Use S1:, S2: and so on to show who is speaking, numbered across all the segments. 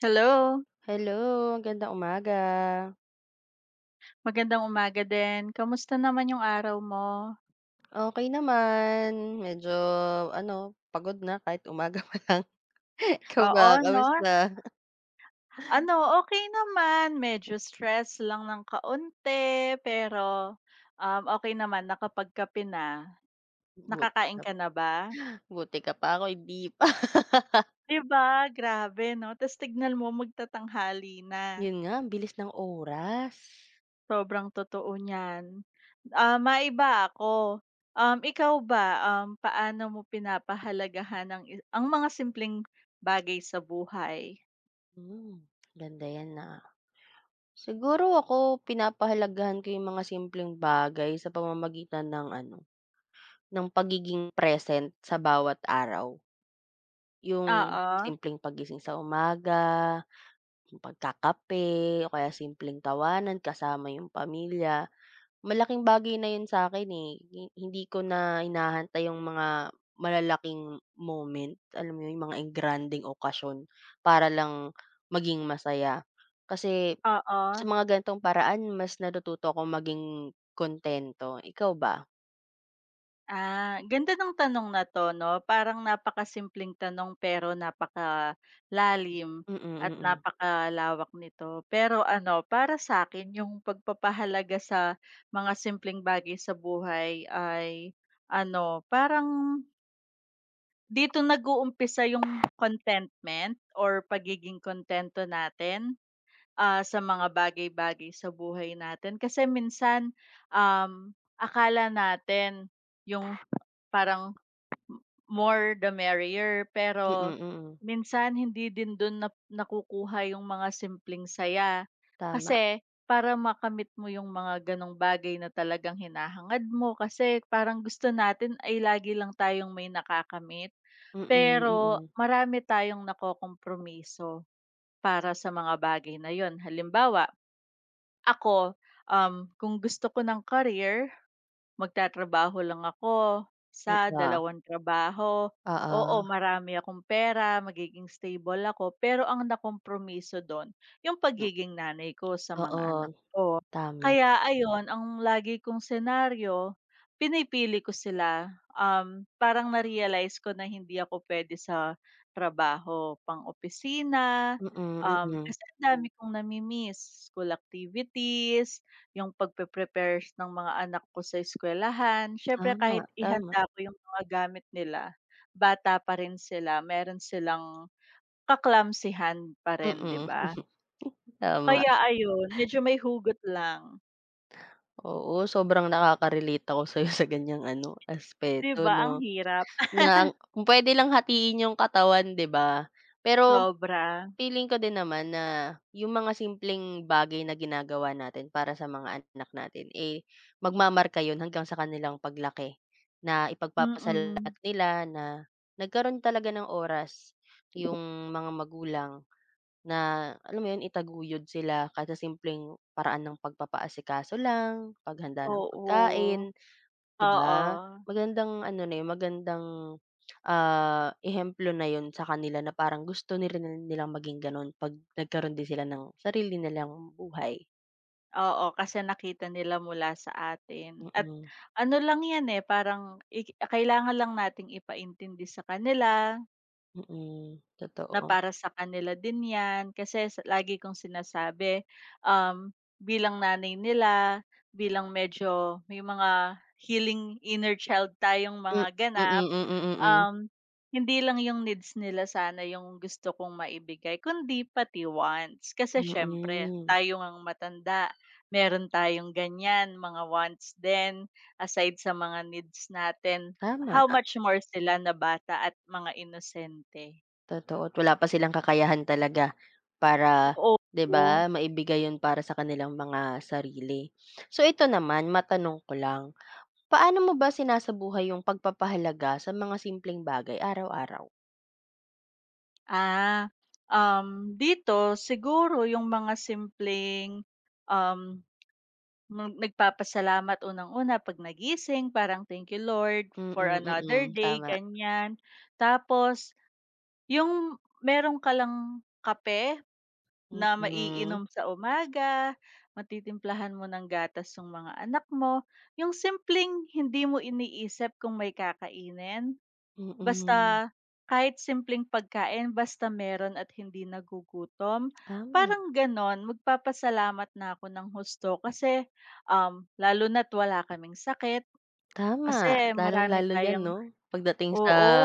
S1: Hello,
S2: Hello, magandang umaga.
S1: magandang umaga din. Kamusta naman yung araw mo?
S2: Okay naman, medyo pagod na kahit umaga pa lang. Ikaw
S1: Oo
S2: ba,
S1: 'no?
S2: kamusta?
S1: Ano, okay naman. Medyo stress lang ng kaunti, pero, okay naman nakapagkape na.
S2: Buti ka
S1: Nakakain ka na ba?
S2: pa buti ka pa, ako hindi pa.
S1: 'Di ba, grabe 'no? Ta's tignan mo magtatanghali na.
S2: Yun nga, ang bilis ng oras.
S1: Sobrang totoo niyan. Ah, maiba ako. Ikaw ba, paano mo pinapahalagahan ang mga simpleng bagay sa buhay?
S2: Hmm, ganda yan, na. Siguro ako, pinapahalagahan ko yung mga simpleng bagay sa pamamagitan ng pagiging present sa bawat araw. Yung
S1: Oo.
S2: simpleng pagising sa umaga, yung pagkakape o kaya simpleng tawanan kasama yung pamilya. Malaking bagay na yun sa'kin, eh, hindi ko na hinahantay yung mga malalaking moment, alam mo yun, yung mga engranding okasyon para lang maging masaya. Kasi
S1: Oo.
S2: sa mga gantong paraan mas natututo ako maging kontento. Ikaw ba?
S1: Ah, ganda ng tanong na 'to 'no, parang napakasimpleng tanong pero napakalalim
S2: Mm,
S1: at
S2: mm.
S1: napakalawak nito. Pero ano, para sa akin yung pagpapahalaga sa mga simpleng bagay sa buhay ay ano, parang dito nag-uumpisa yung contentment or pagiging kontento natin, sa mga bagay-bagay sa buhay natin. Kasi minsan, um, akala natin yung parang m more the merrier,
S2: Mm,
S1: pero
S2: mm.
S1: minsan hindi din dun nakukuha yung mga simpleng saya.
S2: Tama.
S1: Kasi para makamit mo yung mga ganong bagay na talagang hinahangad mo, kasi parang gusto natin ay lagi lang tayong may nakakamit,
S2: Mm,
S1: pero
S2: mm.
S1: marami tayong nakokompromiso para sa mga bagay na yon. Halimbawa, ako, kung gusto ko ng career, magtatrabaho lang ako, sa
S2: Oo,
S1: dalawang trabaho,
S2: oo.
S1: oo, marami akong pera, magiging stable ako, pero ang nakompromiso dun yung pagiging nanay ko sa mga
S2: Oo,
S1: anak.
S2: tama.
S1: Kaya ayun, ang lagi kong senaryo, pinipili ko sila. Parang na-realize ko na hindi ako puwede sa trabaho pang-opisina,
S2: Mm, mm, mm.
S1: kasi ang dami kong school activities, yung pagpe-prepare ng mga anak ko sa eskwelahan. Siyempre kahit
S2: Tama, tama.
S1: ihanda ko yung mga gamit nila, bata pa rin sila, meron silang kaklamsihan clumsyhan pa rin, 'di
S2: Mm,
S1: ba?
S2: tama.
S1: Kaya ayun, medyo may hugot lang.
S2: Oo, sobrang nakaka-relate ako sa'yo sa ganiyang
S1: 'Di
S2: aspeto
S1: ba ang
S2: 'no,
S1: hirap?
S2: na kung puwede lang hatiin yung katawan, 'di ba? Pero
S1: Sobra,
S2: feeling ko din naman na yung mga simpleng bagay na ginagawa natin para sa mga anak natin, eh, magmamarka yun hanggang sa kanilang paglaki, na
S1: mm,
S2: ipagpapasalamat nila na nagkaroon talaga ng oras yung mga magulang. Na alam mo yun, itaguyod sila kahit sa simpleng paraan ng pagpapaasikaso lang, paghanda ng pagkain,
S1: oo.
S2: 'di
S1: Oo,
S2: ba? Magandang ano na yun, magandang, ah, ehemplo na yun sa kanila na parang gusto ni nilang maging ganun 'pag nagkaroon din sila ng sarili nilang buhay.
S1: oo, kasi nakita nila mula sa atin at
S2: Mm,
S1: ano lang 'yan, eh, parang kailangan lang nating ipaintindi sa kanila
S2: mm,
S1: na
S2: totoo.
S1: para sa kanila din 'yan kasi sa lagi kong sinasabi, um, bilang nanay nila, bilang medyo may mga healing inner child tayong mga
S2: M mm,
S1: ganap,
S2: mm, mm.
S1: um, hindi lang yung needs nila sana yung gusto kong maibigay kundi pati wants. Kasi
S2: Mm,
S1: siyempre
S2: mm.
S1: tayo ang matanda, meron tayong ganyan, mga wants din aside sa mga needs natin.
S2: Tama.
S1: How much more sila na bata at mga inosente.
S2: Totoo at wala pa silang kakayahan talaga para,
S1: Oo.
S2: 'di ba, maibigay 'yun para sa kanilang mga sarili. So ito naman, matanong ko lang, paano mo ba sinasabuhay yung pagpapahalaga sa mga simpleng bagay araw-araw?
S1: Ah, dito siguro yung mga simpleng, um Mag nagpapasalamat unang-una 'pag nagising parang, "Thank you Lord
S2: Mm,
S1: for another
S2: mm,
S1: day,"
S2: tama.
S1: ganyan. Tapos yung meron ka lang kape na
S2: Mm,
S1: maiinom sa umaga, matitimplahan mo ng gatas yung mga anak mo, yung simpleng hindi mo iniisip kung may kakainin. Basta
S2: mm.
S1: kahit simpleng pagkain basta meron at hindi nagugutom,
S2: Tama,
S1: parang gano'n. Magpapasalamat na ako ng husto kasi, lalo na't wala kaming sakit, kasi
S2: tama.
S1: marami
S2: Lalong-lalo 'yan
S1: tayong,
S2: 'no, pagdating sa
S1: oo.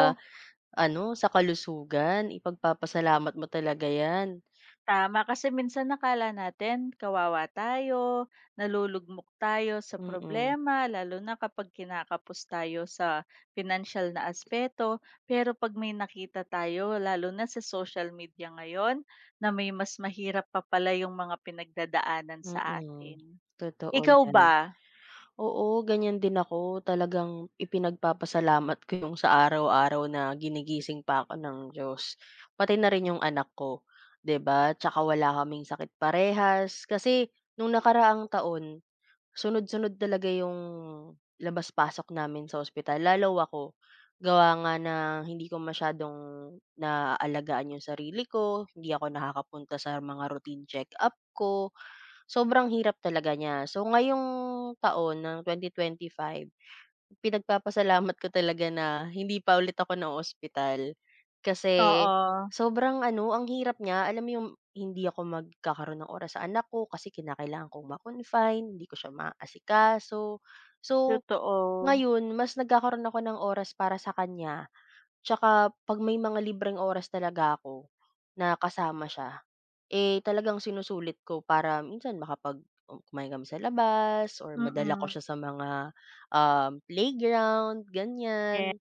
S2: sa kalusugan, ipagpapasalamat mo talaga 'yan.
S1: Tama, kasi minsan akala natin kawawa tayo, nalulugmok tayo sa
S2: Mm, mm,
S1: problema, lalo na kapag kinakapos tayo sa financial na aspeto. Pero 'pag may nakita tayo, lalo na sa social media ngayon, na may mas mahirap pa pala yung mga pinagdadaanan sa
S2: mm.
S1: atin.
S2: Totoo
S1: Ikaw
S2: 'yan.
S1: ba?
S2: Oo, ganyan din ako. Talagang ipinagpapasalamat ko yung sa araw-araw na ginigising pa ako ng Diyos. Pati na rin yung anak ko, 'di ba? Tsaka wala kaming sakit parehas. Kasi nung nakaraang taon, sunod-sunod talaga yung labas-pasok namin sa ospital. Lalo ako, gawa nga na hindi ko masyadong naaalagaan yung sarili ko, hindi ako nakakapunta sa mga routine check-up ko. Sobrang hirap talaga niya. So, ngayong taon ng 2025, pinagpapasalamat ko talaga na hindi pa ulit ako na ospital, kasi
S1: Oo,
S2: sobrang ang hirap niya. Alam mo yung hindi ako magkakaroon ng oras sa anak ko kasi kinakailangan kong ma-confine, hindi ko siya maasikaso. So,
S1: totoo.
S2: ngayon, mas nagkakaroon ako ng oras para sa kanya. Tsaka, 'pag may mga libreng oras talaga ako na kasama siya, eh, talagang sinusulit ko para minsan kumain kami sa labas or madala ko
S1: Mm,
S2: siya sa mga, um, playground, ganyan.
S1: yes,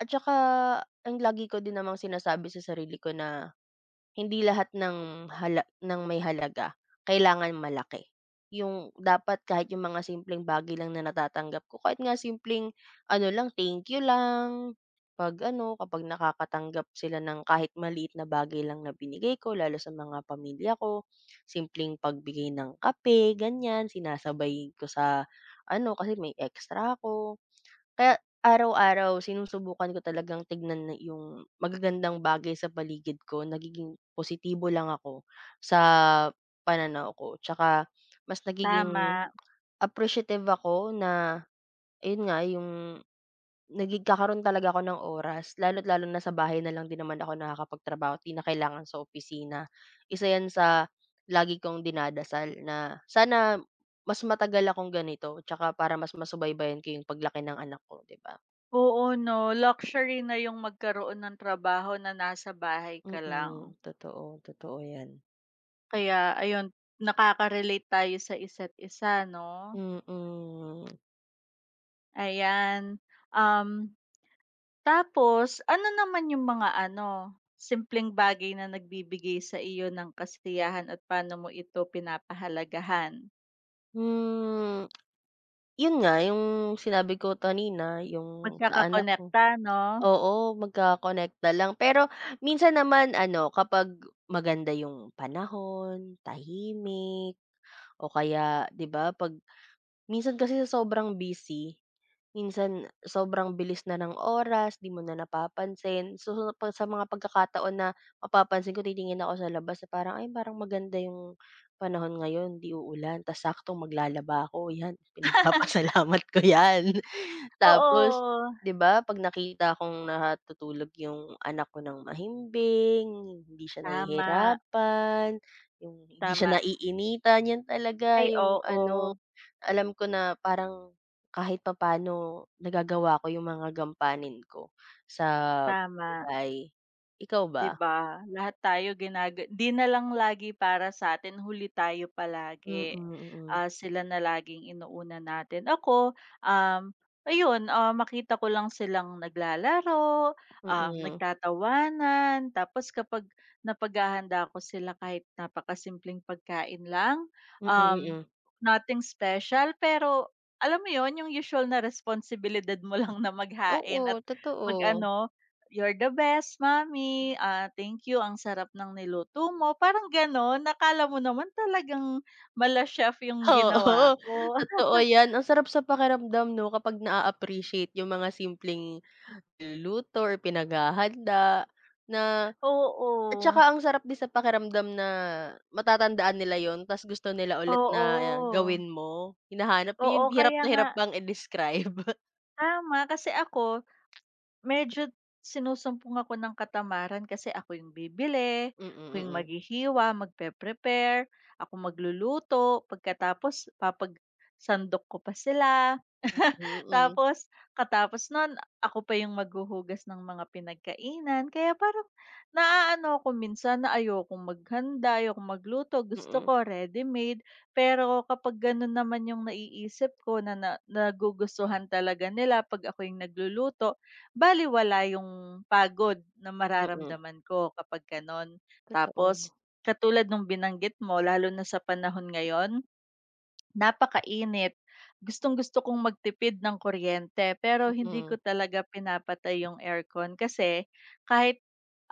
S2: At saka ang lagi ko din namang sinasabi sa sarili ko na hindi lahat ng hala ng may halaga kailangan malaki. Yung dapat kahit yung mga simpleng bagay lang na natatanggap ko, kahit nga simpleng thank you lang, kapag nakakatanggap sila ng kahit maliit na bagay lang na binigay ko lalo sa mga pamilya ko, simpleng pagbigay ng kape, ganyan, sinasabay ko sa kasi may extra ako. Kaya araw-araw sinusubukan ko talagang tignan na yung magagandang bagay sa paligid ko, nagiging positibo lang ako sa pananaw ko. Tsaka mas nagiging
S1: tama.
S2: appreciative ako na ayun nga, yung nagkakaroon talaga ako ng oras lalo't lalo na sa bahay na lang din naman ako nakakapagtrabaho, 'di na kailangan sa opisina. Isa 'yan sa lagi kong dinadasal na sana mas matagal akong ganito tsaka para mas masubaybayan ko yung paglaki ng anak ko, 'di ba?
S1: Oo 'no, luxury na yung magkaroon ng trabaho na nasa bahay ka lang.
S2: Mm, totoo, totoo 'yan.
S1: Kaya ayun, nakaka-relate tayo sa isa't isa 'no,
S2: Mm.
S1: ayan. Um, tapos ano naman yung mga ano, simpleng bagay na nagbibigay sa iyo ng kasiyahan at paano mo ito pinapahalagahan?
S2: Hmm, 'Yun nga yung sinabi ko kanina yung sa anak ko.
S1: Magkakakonekta 'no?
S2: Oo, magkakonekta lang. Pero minsan naman ano kapag maganda yung panahon, tahimik o kaya 'di ba, 'pag minsan kasi sa sobrang busy, minsan sobrang bilis na ng oras, 'di mo na napapansin. So, pa sa mga pagkakataon na mapapansin ko, titingin ako sa labas na parang, "Ay, parang maganda yung panahon ngayon, 'di uulan, tas saktong maglalaba ako." 'Yan, pinagpapasalamat ko 'yan. Tapos,
S1: Oo,
S2: 'di ba, 'pag nakita kong natutulog yung anak ko ng mahimbing, hindi siya
S1: tama,
S2: nahihirapan, yung hindi siya
S1: tama.
S2: naiinitan, 'yan talaga
S1: Ay
S2: yung
S1: oo,
S2: alam ko na parang kahit papaano nagagawa ko yung mga gampanin ko sa
S1: tama.
S2: buhay. Ikaw
S1: 'Di
S2: ba?
S1: ba, lahat tayo 'di na lang lagi para sa'tin huli tayo
S2: Mm,
S1: palagi.
S2: mm.
S1: Ah, sila na laging inuuna natin. Ako, ayun, makita ko lang silang naglalaro,
S2: Mm.
S1: nagtatawanan, tapos kapag napaghahanda ko sila kahit napakasimpleng pagkain lang,
S2: Mm, mm, mm,
S1: um,
S2: mm.
S1: nothing special pero alam mo yon yung usual na responsibilidad mo lang na maghain at
S2: Oo, totoo.
S1: mag-ano "You're the best mommy, ah, thank you ang sarap ng niluto mo." Parang gano'n. Akala mo naman talagang mala chef yung ginawa
S2: Oo,
S1: ko.
S2: totoo yan. Ang sarap sa pakiramdam 'no, kapag naa-appreciate yung mga simpleng niluluto or pinaghahanda na, at
S1: Oo,
S2: saka ang sarap din sa pakiramdam na matatandaan nila yon ta's gusto nila ulit na, ah,
S1: oo.
S2: gawin mo. Hinahanap mo
S1: Oo,
S2: yung hirap
S1: kaya
S2: na
S1: nga
S2: hirap bang i-describe.
S1: tama. Kasi ako medyo sinusumpong ako ng katamaran kasi ako yung bibili,
S2: Mm,
S1: ako yung
S2: mm.
S1: maghihiwa, magpe-prepare, ako magluluto, pagkatapos sandok ko pa sila.
S2: Mm, mm,
S1: Tapos, katapos nun ako pa yung maghuhugas ng mga pinagkainan kaya parang naaano ako minsan na ayokong maghanda, ayokong magluto, gusto
S2: mm,
S1: ko ready-made. Pero kapag ganun naman yung naiisip ko na na nagugustuhan talaga nila 'pag ako yung nagluluto, baliwala yung pagod na
S2: mm, mm.
S1: mararamdaman ko kapag gano'n.
S2: Totoo.
S1: Tapos, katulad nung binanggit mo lalo na sa panahon ngayon. Napakainit. Gustong-gusto kong magtipid ng kuryente pero hindi ko
S2: Mm,
S1: talaga pinapatay yung aircon kasi kahit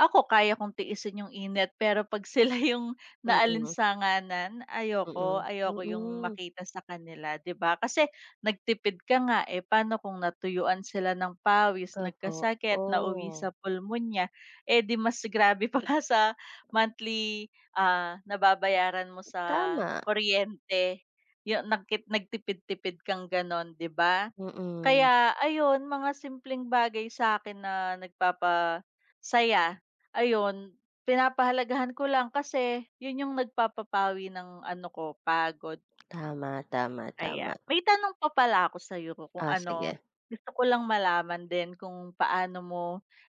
S1: ako kaya kong tiisin yung init pero 'pag sila yung
S2: mm, mm,
S1: naalinsanganan ayoko,
S2: mm, mm.
S1: ayoko yung
S2: Mm,
S1: makita sa kanila, 'di ba? Kasi nagtipid ka nga, eh, paano kung natuyuan sila ng pawis, nagkasakit, nauwi
S2: totoo.
S1: sa pulmonya, eh, 'di mas grabe pa sa monthly, nababayaran mo sa
S2: Tama,
S1: kuryente yung nagtipid-tipid kang gano'n, 'di ba?
S2: mm, mm.
S1: Kaya ayun, mga simpleng bagay sa akin na nagpapasaya, ayun, pinapahalagahan ko lang kasi yun yung nagpapapawi ng ano ko, pagod,
S2: Tama, tama, tama.
S1: ayan. May tanong pa pala ako sa'yo kung
S2: Ah,
S1: ano,
S2: sige.
S1: gusto ko lang malaman din kung paano mo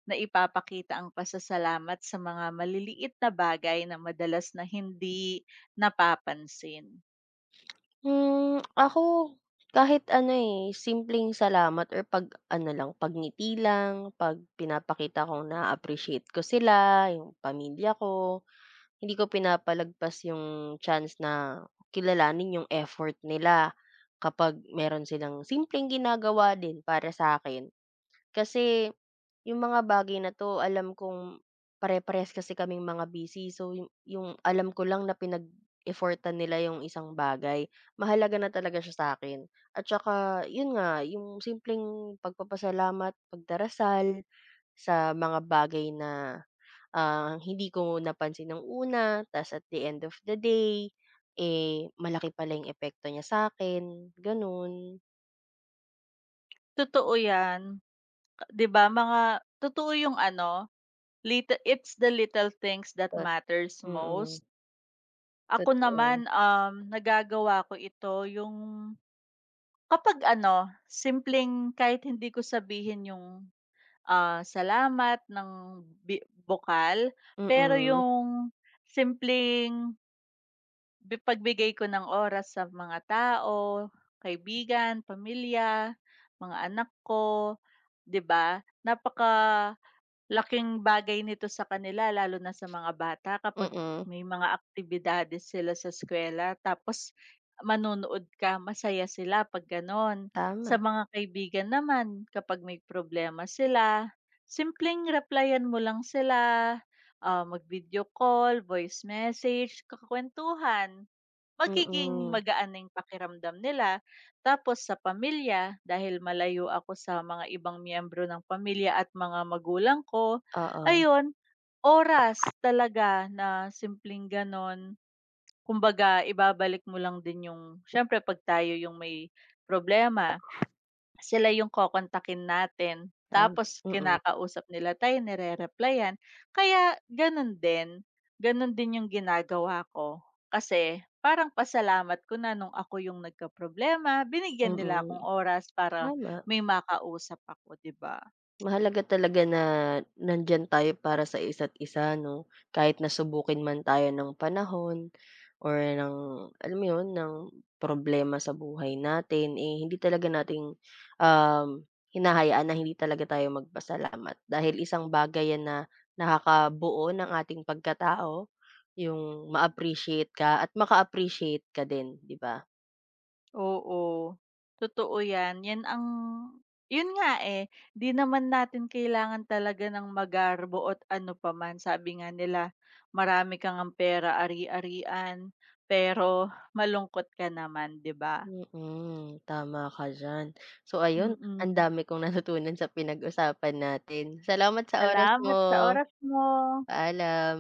S1: naipapakita ang pasasalamat sa mga maliliit na bagay na madalas na hindi napapansin?
S2: Ako kahit ano, eh, simpleng salamat or pagngiti lang, 'pag pinapakita kong na appreciate ko sila, yung pamilya ko, hindi ko pinapalagpas yung chance na kilalanin yung effort nila kapag meron silang simpleng ginagawa din para sa akin. Kasi yung mga bagay na 'to alam kong pare-parehas kasi kaming mga busy. So yung alam ko lang na pinag effortan nila yung isang bagay, mahalaga na talaga siya sa akin. At saka yun nga, yung simpleng pagpapasalamat, pagdarasal sa mga bagay na, ah, hindi ko napansin ng una ta's at the end of the day, eh, malaki pala yung epekto niya sa akin gano'n.
S1: Totoo yan. 'Di ba mga totoo yung ano, it's the little things that
S2: Tot
S1: matters
S2: mm, mm,
S1: most. Ako
S2: totoo.
S1: naman, nagagawa ko ito yung kapag ano, simpleng kahit hindi ko sabihin yung, salamat ng bi bokal, pero
S2: Mm,
S1: yung simpleng pagbigay ko ng oras sa mga tao, kaibigan, pamilya, mga anak ko, 'di ba? Laking bagay nito sa kanila lalo na sa mga bata kapag
S2: mm,
S1: may mga aktibidades sila sa eskuwela tapos manonood ka, masaya sila 'pag gano'n. Sa
S2: tama.
S1: mga kaibigan naman kapag may problema sila, simpleng replyan mo lang sila, mag-video call, voice message, kakakwentuhan. Magiging
S2: Mm,
S1: magaan na yung pakiramdam nila. Tapos sa pamilya, dahil malayo ako sa mga ibang miyembro ng pamilya at mga magulang ko,
S2: oo,
S1: ayun, oras talaga na simpleng gano'n. Kumbaga ibabalik mo lang din yung siyempre 'pag tayo yung may problema, sila yung kokontakin natin,
S2: tama,
S1: tapos
S2: mm,
S1: kinakausap nila tayo, nire-replyan. Kaya ganun din yung ginagawa ko. Kasi parang pasalamat ko na nung ako yung nagkaproblema, binigyan nila
S2: mm,
S1: akong oras para
S2: tama.
S1: may makausap ako, 'di ba?
S2: Mahalaga talaga na nandiyan tayo para sa isa't isa 'no, kahit na subukin man tayo ng panahon or ng alam mo 'yun, ng problema sa buhay natin, eh, hindi talaga natin, um, hinahayaan na hindi talaga tayo magpasalamat dahil isang bagay 'yan na nakakabuo ng ating pagkatao, yung ma-appreciate ka at maka-appreciate ka din, 'di ba?
S1: Oo, totoo 'yan. 'Yan ang 'yun nga, eh, 'di naman natin kailangan talaga ng magarbo at ano pa man. Sabi nga nila, marami ka ngang pera ari-arian, pero malungkot ka naman, 'di ba?
S2: Mm, tama ka diyan. So ayun,
S1: Mm.
S2: ang
S1: Mm.
S2: dami kong natutunan sa pinag-usapan natin. Salamat sa oras mo.
S1: Salamat sa oras mo.
S2: Paalam.